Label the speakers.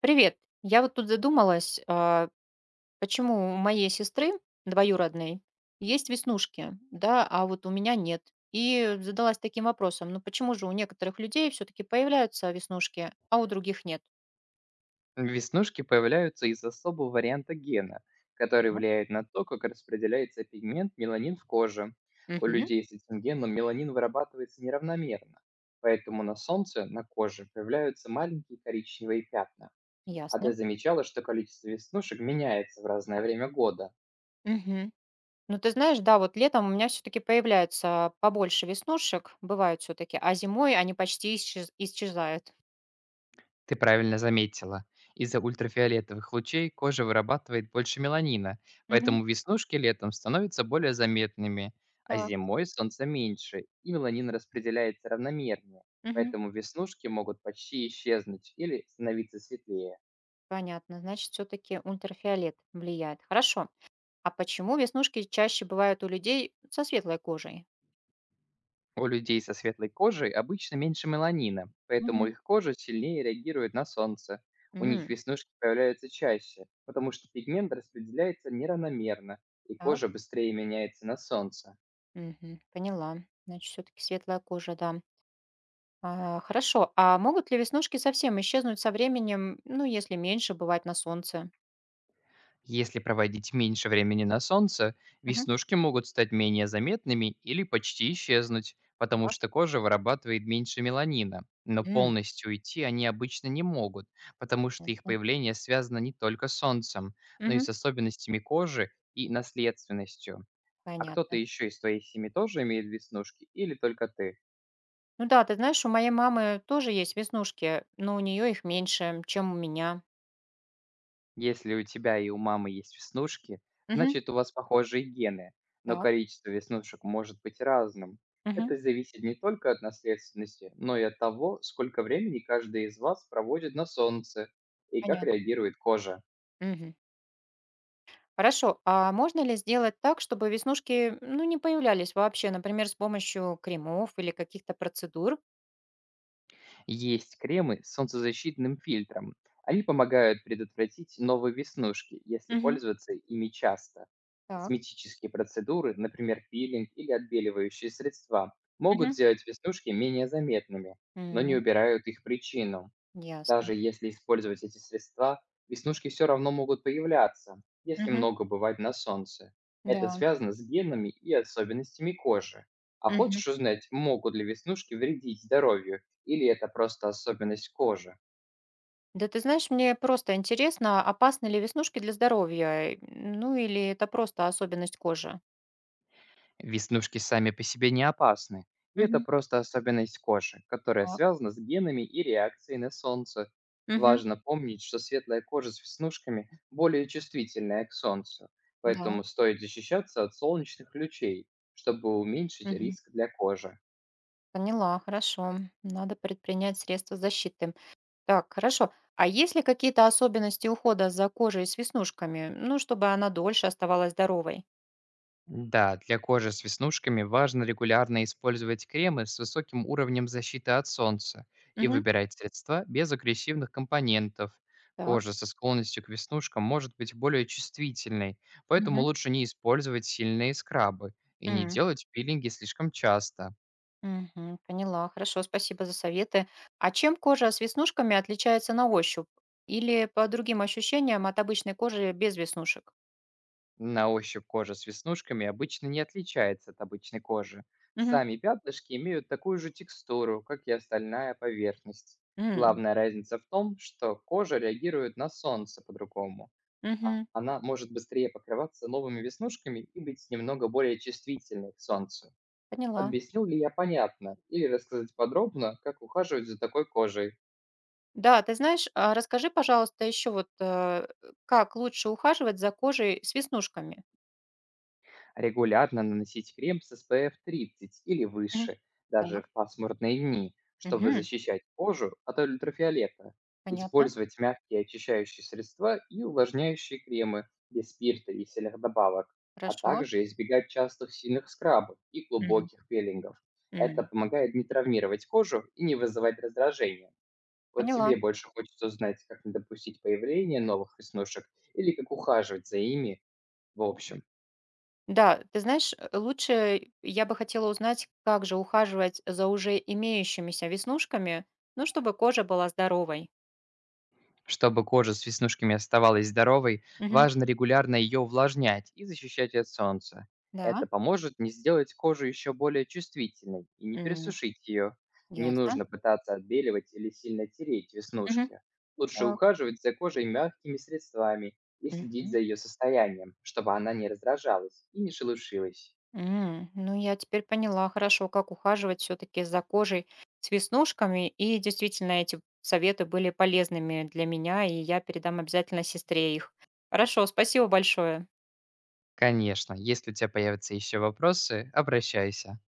Speaker 1: Привет. Я вот тут задумалась, почему у моей сестры двоюродной есть веснушки, да, а вот у меня нет. И задалась таким вопросом, ну почему же у некоторых людей все-таки появляются веснушки, а у других нет?
Speaker 2: Веснушки появляются из особого варианта гена, который
Speaker 1: Ну,
Speaker 2: влияет на то, как распределяется пигмент меланин в коже. У
Speaker 1: угу,
Speaker 2: людей с этим геном меланин вырабатывается неравномерно, поэтому на солнце, на коже появляются маленькие коричневые пятна. А
Speaker 1: ясно.
Speaker 2: ты замечала, что количество веснушек меняется в разное время года?
Speaker 1: Мгм. Ну ты знаешь, да, вот летом у меня все-таки появляется побольше веснушек, бывают все-таки, а зимой они почти исчезают.
Speaker 2: Ты правильно заметила. Из-за ультрафиолетовых лучей кожа вырабатывает больше меланина,
Speaker 1: Угу,
Speaker 2: поэтому веснушки летом становятся более заметными, а
Speaker 1: так,
Speaker 2: зимой солнца меньше, и меланин распределяется равномернее,
Speaker 1: угу.
Speaker 2: поэтому веснушки могут почти исчезнуть или становиться светлее.
Speaker 1: Понятно, значит, все-таки ультрафиолет влияет. Хорошо. А почему веснушки чаще бывают у людей со светлой кожей?
Speaker 2: У людей со светлой кожей обычно меньше меланина, поэтому
Speaker 1: Мгм.
Speaker 2: их кожа сильнее реагирует на солнце. У них
Speaker 1: Мгм.
Speaker 2: веснушки появляются чаще, потому что пигмент распределяется неравномерно, и
Speaker 1: Так,
Speaker 2: кожа быстрее меняется на солнце.
Speaker 1: мгм, поняла. Значит, все-таки светлая кожа, да. А, хорошо. А могут ли веснушки совсем исчезнуть со временем, ну, если меньше бывать на солнце?
Speaker 2: Если проводить меньше времени на солнце,
Speaker 1: Мгм.
Speaker 2: веснушки могут стать менее заметными или почти исчезнуть, потому
Speaker 1: Так.
Speaker 2: что кожа вырабатывает меньше меланина. Но
Speaker 1: М,
Speaker 2: полностью уйти они обычно не могут, потому что их
Speaker 1: понятно.
Speaker 2: появление связано не только с солнцем, но и
Speaker 1: Мгм,
Speaker 2: с особенностями кожи и наследственностью. А кто-то
Speaker 1: понятно.
Speaker 2: еще из твоей семьи тоже имеет веснушки или только ты?
Speaker 1: Ну да, ты знаешь, у моей мамы тоже есть веснушки, но у нее их меньше, чем у меня.
Speaker 2: Если у тебя и у мамы есть веснушки,
Speaker 1: Мгм.
Speaker 2: значит, у вас похожие гены, но
Speaker 1: Так.
Speaker 2: количество веснушек может быть разным.
Speaker 1: Мгм.
Speaker 2: Это зависит не только от наследственности, но и от того, сколько времени каждый из вас проводит на солнце и как
Speaker 1: Понятно.
Speaker 2: реагирует кожа.
Speaker 1: Мгм. Хорошо, а можно ли сделать так, чтобы веснушки, ну, не появлялись вообще, например, с помощью кремов или каких-то процедур?
Speaker 2: Есть кремы с солнцезащитным фильтром. Они помогают предотвратить новые веснушки, если
Speaker 1: Мгм.
Speaker 2: пользоваться ими часто.
Speaker 1: Так.
Speaker 2: Косметические процедуры, например, пилинг или отбеливающие средства, могут
Speaker 1: Мгм.
Speaker 2: сделать веснушки менее заметными, но не
Speaker 1: М,
Speaker 2: убирают их причину.
Speaker 1: ясно.
Speaker 2: Даже если использовать эти средства, веснушки все равно могут появляться, если
Speaker 1: Мгм.
Speaker 2: много бывать на солнце. Это
Speaker 1: Да.
Speaker 2: связано с генами и особенностями кожи. А
Speaker 1: Мгм.
Speaker 2: хочешь узнать, могут ли веснушки вредить здоровью или это просто особенность кожи?
Speaker 1: Да ты знаешь, мне просто интересно, опасны ли веснушки для здоровья? Ну или это просто особенность кожи?
Speaker 2: Веснушки сами по себе не опасны, и это
Speaker 1: Мгм.
Speaker 2: просто особенность кожи, которая
Speaker 1: Так.
Speaker 2: связана с генами и реакцией на солнце.
Speaker 1: Мгм.
Speaker 2: Важно помнить, что светлая кожа с веснушками более чувствительная к солнцу,
Speaker 1: Да.
Speaker 2: поэтому стоит защищаться от солнечных лучей, чтобы уменьшить
Speaker 1: Мгм.
Speaker 2: риск для кожи.
Speaker 1: Поняла, хорошо. Надо предпринять средства защиты. Так, хорошо. А есть ли какие-то особенности ухода за кожей с веснушками? Ну, чтобы она дольше оставалась здоровой.
Speaker 2: Да, для кожи с веснушками важно регулярно использовать кремы с высоким уровнем защиты от солнца и
Speaker 1: Мгм.
Speaker 2: выбирать средства без агрессивных компонентов.
Speaker 1: Так.
Speaker 2: Кожа со склонностью к веснушкам может быть более чувствительной, поэтому
Speaker 1: Мгм.
Speaker 2: лучше не использовать сильные скрабы и не
Speaker 1: М.
Speaker 2: делать пилинги слишком часто.
Speaker 1: Мгм. Поняла. Хорошо, спасибо за советы. А чем кожа с веснушками отличается на ощупь? Или по другим ощущениям от обычной кожи без веснушек?
Speaker 2: На ощупь кожа с веснушками обычно не отличается от обычной кожи.
Speaker 1: Мгм.
Speaker 2: Сами пятнышки имеют такую же текстуру, как и остальная поверхность.
Speaker 1: М.
Speaker 2: Главная разница в том, что кожа реагирует на солнце по-другому.
Speaker 1: Мгм.
Speaker 2: Она может быстрее покрываться новыми веснушками и быть немного более чувствительной к солнцу.
Speaker 1: Поняла.
Speaker 2: Объяснил ли я понятно? Или рассказать подробно, как ухаживать за такой кожей?
Speaker 1: Да, ты знаешь, а расскажи, пожалуйста, еще вот, как лучше ухаживать за кожей с веснушками?
Speaker 2: Регулярно наносить крем с SPF 30 или
Speaker 1: Мгм.
Speaker 2: выше, даже
Speaker 1: Так.
Speaker 2: в пасмурные дни, чтобы
Speaker 1: Мгм.
Speaker 2: защищать кожу от ультрафиолета.
Speaker 1: Понятно.
Speaker 2: Использовать мягкие очищающие средства и увлажняющие кремы без спирта и сильных добавок, а
Speaker 1: Хорошо.
Speaker 2: также избегать частых сильных скрабов и
Speaker 1: Мгм.
Speaker 2: глубоких пилингов. Это
Speaker 1: М.
Speaker 2: помогает не травмировать кожу и не вызывать раздражения. Вот
Speaker 1: Поняла.
Speaker 2: тебе больше хочется узнать, как не допустить появления новых веснушек или как ухаживать за ими в общем.
Speaker 1: Да, ты знаешь, лучше я бы хотела узнать, как же ухаживать за уже имеющимися веснушками, ну, чтобы кожа была здоровой.
Speaker 2: Чтобы кожа с веснушками оставалась здоровой,
Speaker 1: Мгм.
Speaker 2: важно регулярно ее увлажнять и защищать от солнца. Это
Speaker 1: Да.
Speaker 2: поможет не сделать кожу еще более чувствительной и не
Speaker 1: М.
Speaker 2: пересушить ее. Не
Speaker 1: Ясно.
Speaker 2: нужно пытаться отбеливать или сильно тереть
Speaker 1: Мгм.
Speaker 2: веснушки. Лучше
Speaker 1: Так.
Speaker 2: ухаживать за кожей мягкими средствами и следить
Speaker 1: Мгм.
Speaker 2: за ее состоянием, чтобы она не раздражалась и не шелушилась.
Speaker 1: М. Ну, я теперь поняла хорошо, как ухаживать все-таки за кожей с веснушками. И действительно, эти советы были полезными для меня, и я передам обязательно сестре их. Хорошо, спасибо большое.
Speaker 2: Конечно, если у тебя появятся еще вопросы, обращайся.